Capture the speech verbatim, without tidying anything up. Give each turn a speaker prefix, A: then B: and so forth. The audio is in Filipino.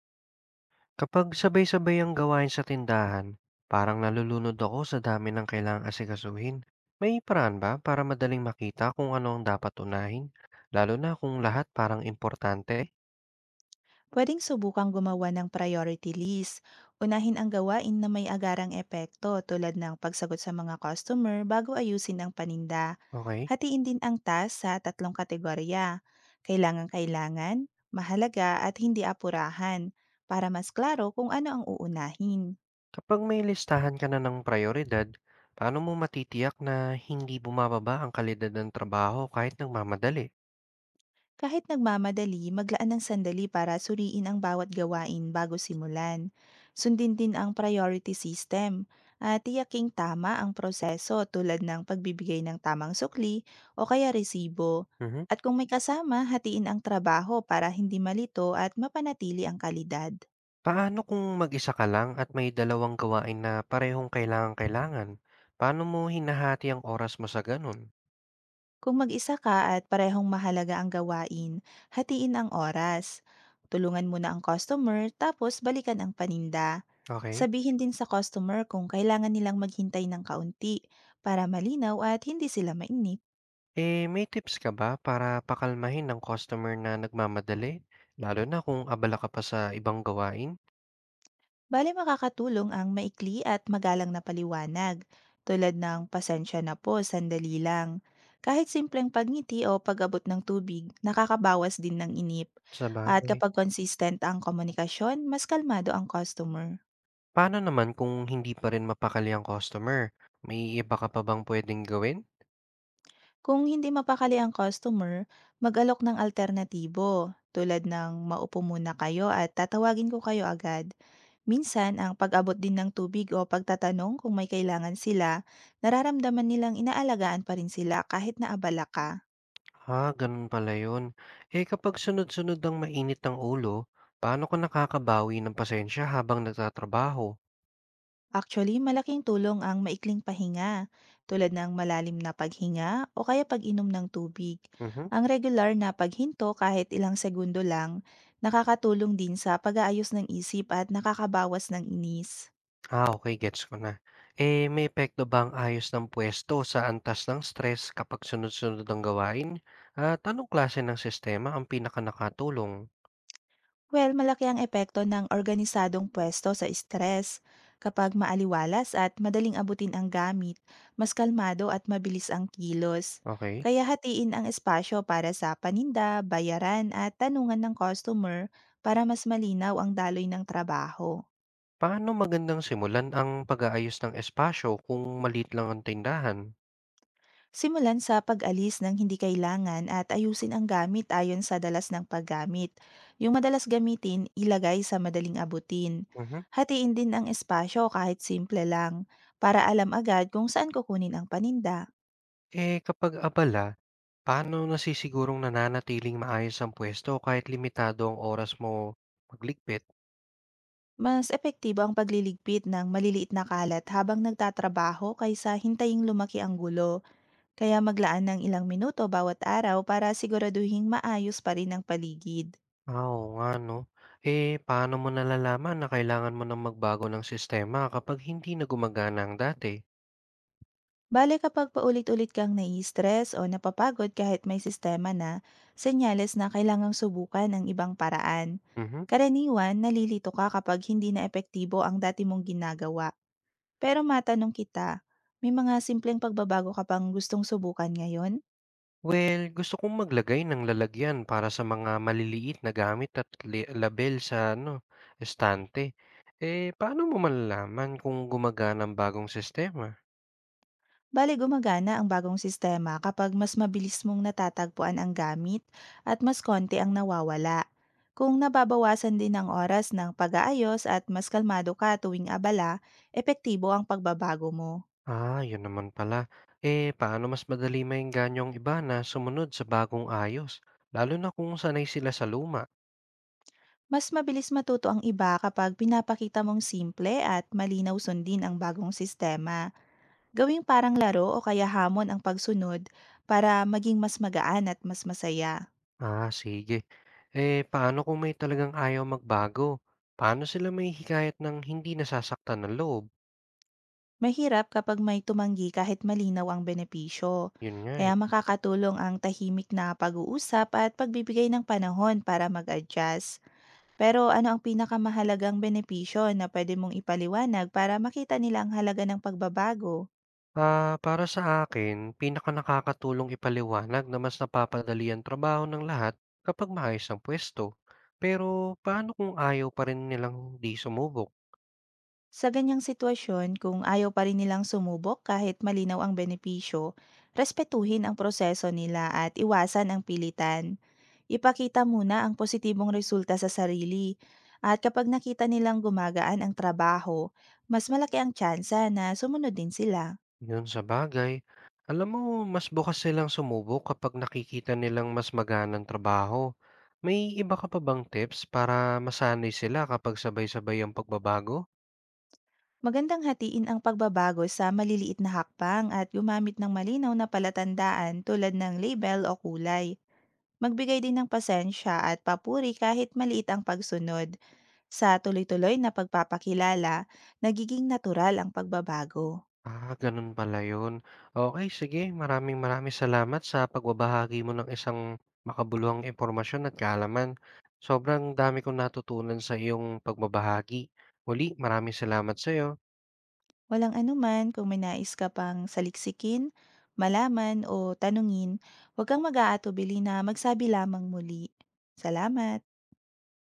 A: Kapag sabay-sabay ang gawain sa tindahan, parang nalulunod ako sa dami ng kailangang asikasuhin. May paraan ba para madaling makita kung ano ang dapat unahin? Lalo na kung lahat parang importante?
B: Pwedeng subukang gumawa ng priority list. Unahin ang gawain na may agarang epekto tulad ng pagsagot sa mga customer bago ayusin ang paninda.
A: Okay.
B: Hatiin din ang task sa tatlong kategorya. Kailangan-kailangan, mahalaga at hindi apurahan para mas klaro kung ano ang uunahin.
A: Kapag may listahan ka na ng prioridad, paano mo matitiyak na hindi bumababa ang kalidad ng trabaho kahit nagmamadali?
B: Kahit nagmamadali, maglaan ng sandali para suriin ang bawat gawain bago simulan. Sundin din ang priority system at tiyaking tama ang proseso tulad ng pagbibigay ng tamang sukli o kaya resibo.
A: Mhm.
B: At kung may kasama, hatiin ang trabaho para hindi malito at mapanatili ang kalidad.
A: Paano kung mag-isa ka lang at may dalawang gawain na parehong kailangan-kailangan? Paano mo hinahati ang oras mo sa ganun?
B: Kung mag-isa ka at parehong mahalaga ang gawain, hatiin ang oras. Tulungan muna ang customer tapos balikan ang paninda.
A: Okay.
B: Sabihin din sa customer kung kailangan nilang maghintay ng kaunti para malinaw at hindi sila mainip.
A: Eh, may tips ka ba para pakalmahin ng customer na nagmamadali? Lalo na kung abala ka pa sa ibang gawain?
B: Bale makakatulong ang maikli at magalang na paliwanag tulad ng pasensya na po, sandali lang. Kahit simpleng pagngiti o pag-abot ng tubig, nakakabawas din ng inip.
A: Sa
B: At
A: bagay.
B: kapag consistent ang komunikasyon, mas kalmado ang customer.
A: Paano naman kung hindi pa rin mapakali ang customer? May iba ka pa bang pwedeng gawin?
B: Kung hindi mapakali ang customer, mag-alok ng alternatibo tulad ng maupo muna kayo at tatawagin ko kayo agad. Minsan, ang pag-abot din ng tubig o pagtatanong kung may kailangan sila, nararamdaman nilang inaalagaan pa rin sila kahit na abala ka.
A: Ha, ganun pala yun. Eh, kapag sunod-sunod ang mainit ang ulo, paano ko nakakabawi ng pasensya habang nagtatrabaho?
B: Actually, malaking tulong ang maikling pahinga, tulad ng malalim na paghinga o kaya pag-inom ng tubig.
A: Mhm.
B: Ang regular na paghinto kahit ilang segundo lang, nakakatulong din sa pag-aayos ng isip at nakakabawas ng inis.
A: Ah, okay, gets ko na. Eh, may epekto ba ang ayos ng puwesto sa antas ng stress kapag sunod-sunod ang gawain? At anong klase ng sistema ang pinakanakatulong?
B: Well, malaki ang epekto ng organisadong pwesto sa stress. Kapag maaliwalas at madaling abutin ang gamit, mas kalmado at mabilis ang kilos.
A: Okay.
B: Kaya hatiin ang espasyo para sa paninda, bayaran at tanungan ng customer para mas malinaw ang daloy ng trabaho.
A: Paano magandang simulan ang pag-aayos ng espasyo kung maliit lang ang tindahan?
B: Simulan sa pag-alis ng hindi kailangan at ayusin ang gamit ayon sa dalas ng paggamit. Yung madalas gamitin, ilagay sa madaling abutin.
A: Mhm.
B: Hatiin din ang espasyo kahit simple lang, para alam agad kung saan kukunin ang paninda.
A: Eh, kapag abala, paano nasisigurong nananatiling maayos ang puwesto kahit limitado ang oras mo magligpit?
B: Mas epektibo ang pagliligpit ng maliliit na kalat habang nagtatrabaho kaysa hintayin lumaki ang gulo, kaya maglaan ng ilang minuto bawat araw para siguraduhing maayos pa rin ang paligid.
A: Ah, oo nga 'no. Eh, paano mo nalalaman na kailangan mo ng magbago ng sistema kapag hindi na gumagana ang dati?
B: Bale kapag paulit-ulit kang nai-stress o napapagod kahit may sistema na, senyales na kailangang subukan ang ibang paraan.
A: Mhm.
B: Karaniwan, nalilito ka kapag hindi na epektibo ang dati mong ginagawa. Pero matanong kita, may mga simpleng pagbabago ka pang gustong subukan ngayon?
A: Well, gusto kong maglagay ng lalagyan para sa mga maliliit na gamit at le label sa ano, estante. Eh, paano mo malalaman kung gumagana ang bagong sistema?
B: Bale gumagana ang bagong sistema kapag mas mabilis mong natatagpuan ang gamit at mas konti ang nawawala. Kung nababawasan din ang oras ng pag-aayos at mas kalmado ka tuwing abala, epektibo ang pagbabago mo.
A: Ah, yun naman pala. Eh, paano mas madali maengganyo ang iba na sumunod sa bagong ayos, lalo na kung sanay sila sa luma?
B: Mas mabilis matuto ang iba kapag pinapakita mong simple at malinaw sundin ang bagong sistema. Gawing parang laro o kaya hamon ang pagsunod para maging mas magaan at mas masaya.
A: Ah, sige. Eh, paano kung may talagang ayaw magbago? Paano sila may mahihikayat ng hindi nasasaktan ng loob?
B: Mahirap kapag may tumanggi kahit malinaw ang benepisyo.
A: Yun nga eh.
B: Kaya makakatulong ang tahimik na pag-uusap at pagbibigay ng panahon para mag-adjust. Pero ano ang pinakamahalagang benepisyo na pwede mong ipaliwanag para makita nila ang halaga ng pagbabago?
A: Ah, para sa akin, pinaka nakakatulong ipaliwanag na mas napapadali ang trabaho ng lahat kapag maayos ang pwesto. Pero paano kung ayaw pa rin nilang di sumubok?
B: Sa ganyang sitwasyon, kung ayaw pa rin nilang sumubok kahit malinaw ang benepisyo, respetuhin ang proseso nila at iwasan ang pilitan. Ipakita muna ang positibong resulta sa sarili at kapag nakita nilang gumagaan ang trabaho, mas malaki ang tsansa na sumunod din sila.
A: Yun, sa bagay. Alam mo, mas bukas silang sumubok kapag nakikita nilang mas maganang trabaho. May iba ka pa bang tips para masanay sila kapag sabay-sabay ang pagbabago?
B: Magandang hatiin ang pagbabago sa maliliit na hakbang at gumamit ng malinaw na palatandaan tulad ng label o kulay. Magbigay din ng pasensya at papuri kahit maliit ang pagsunod. Sa tuloy-tuloy na pagpapakilala, nagiging natural ang pagbabago.
A: Ah, ganun pala yun. Okay, sige. Maraming maraming salamat sa pagbabahagi mo ng isang makabuluhang impormasyon at kaalaman. Sobrang dami kong natutunan sa iyong pagbabahagi. Muli, maraming salamat sa iyo.
B: Walang anuman, kung may nais ka pang saliksikin, malaman o tanungin, huwag kang mag-aatubili na magsabi lamang muli. Salamat!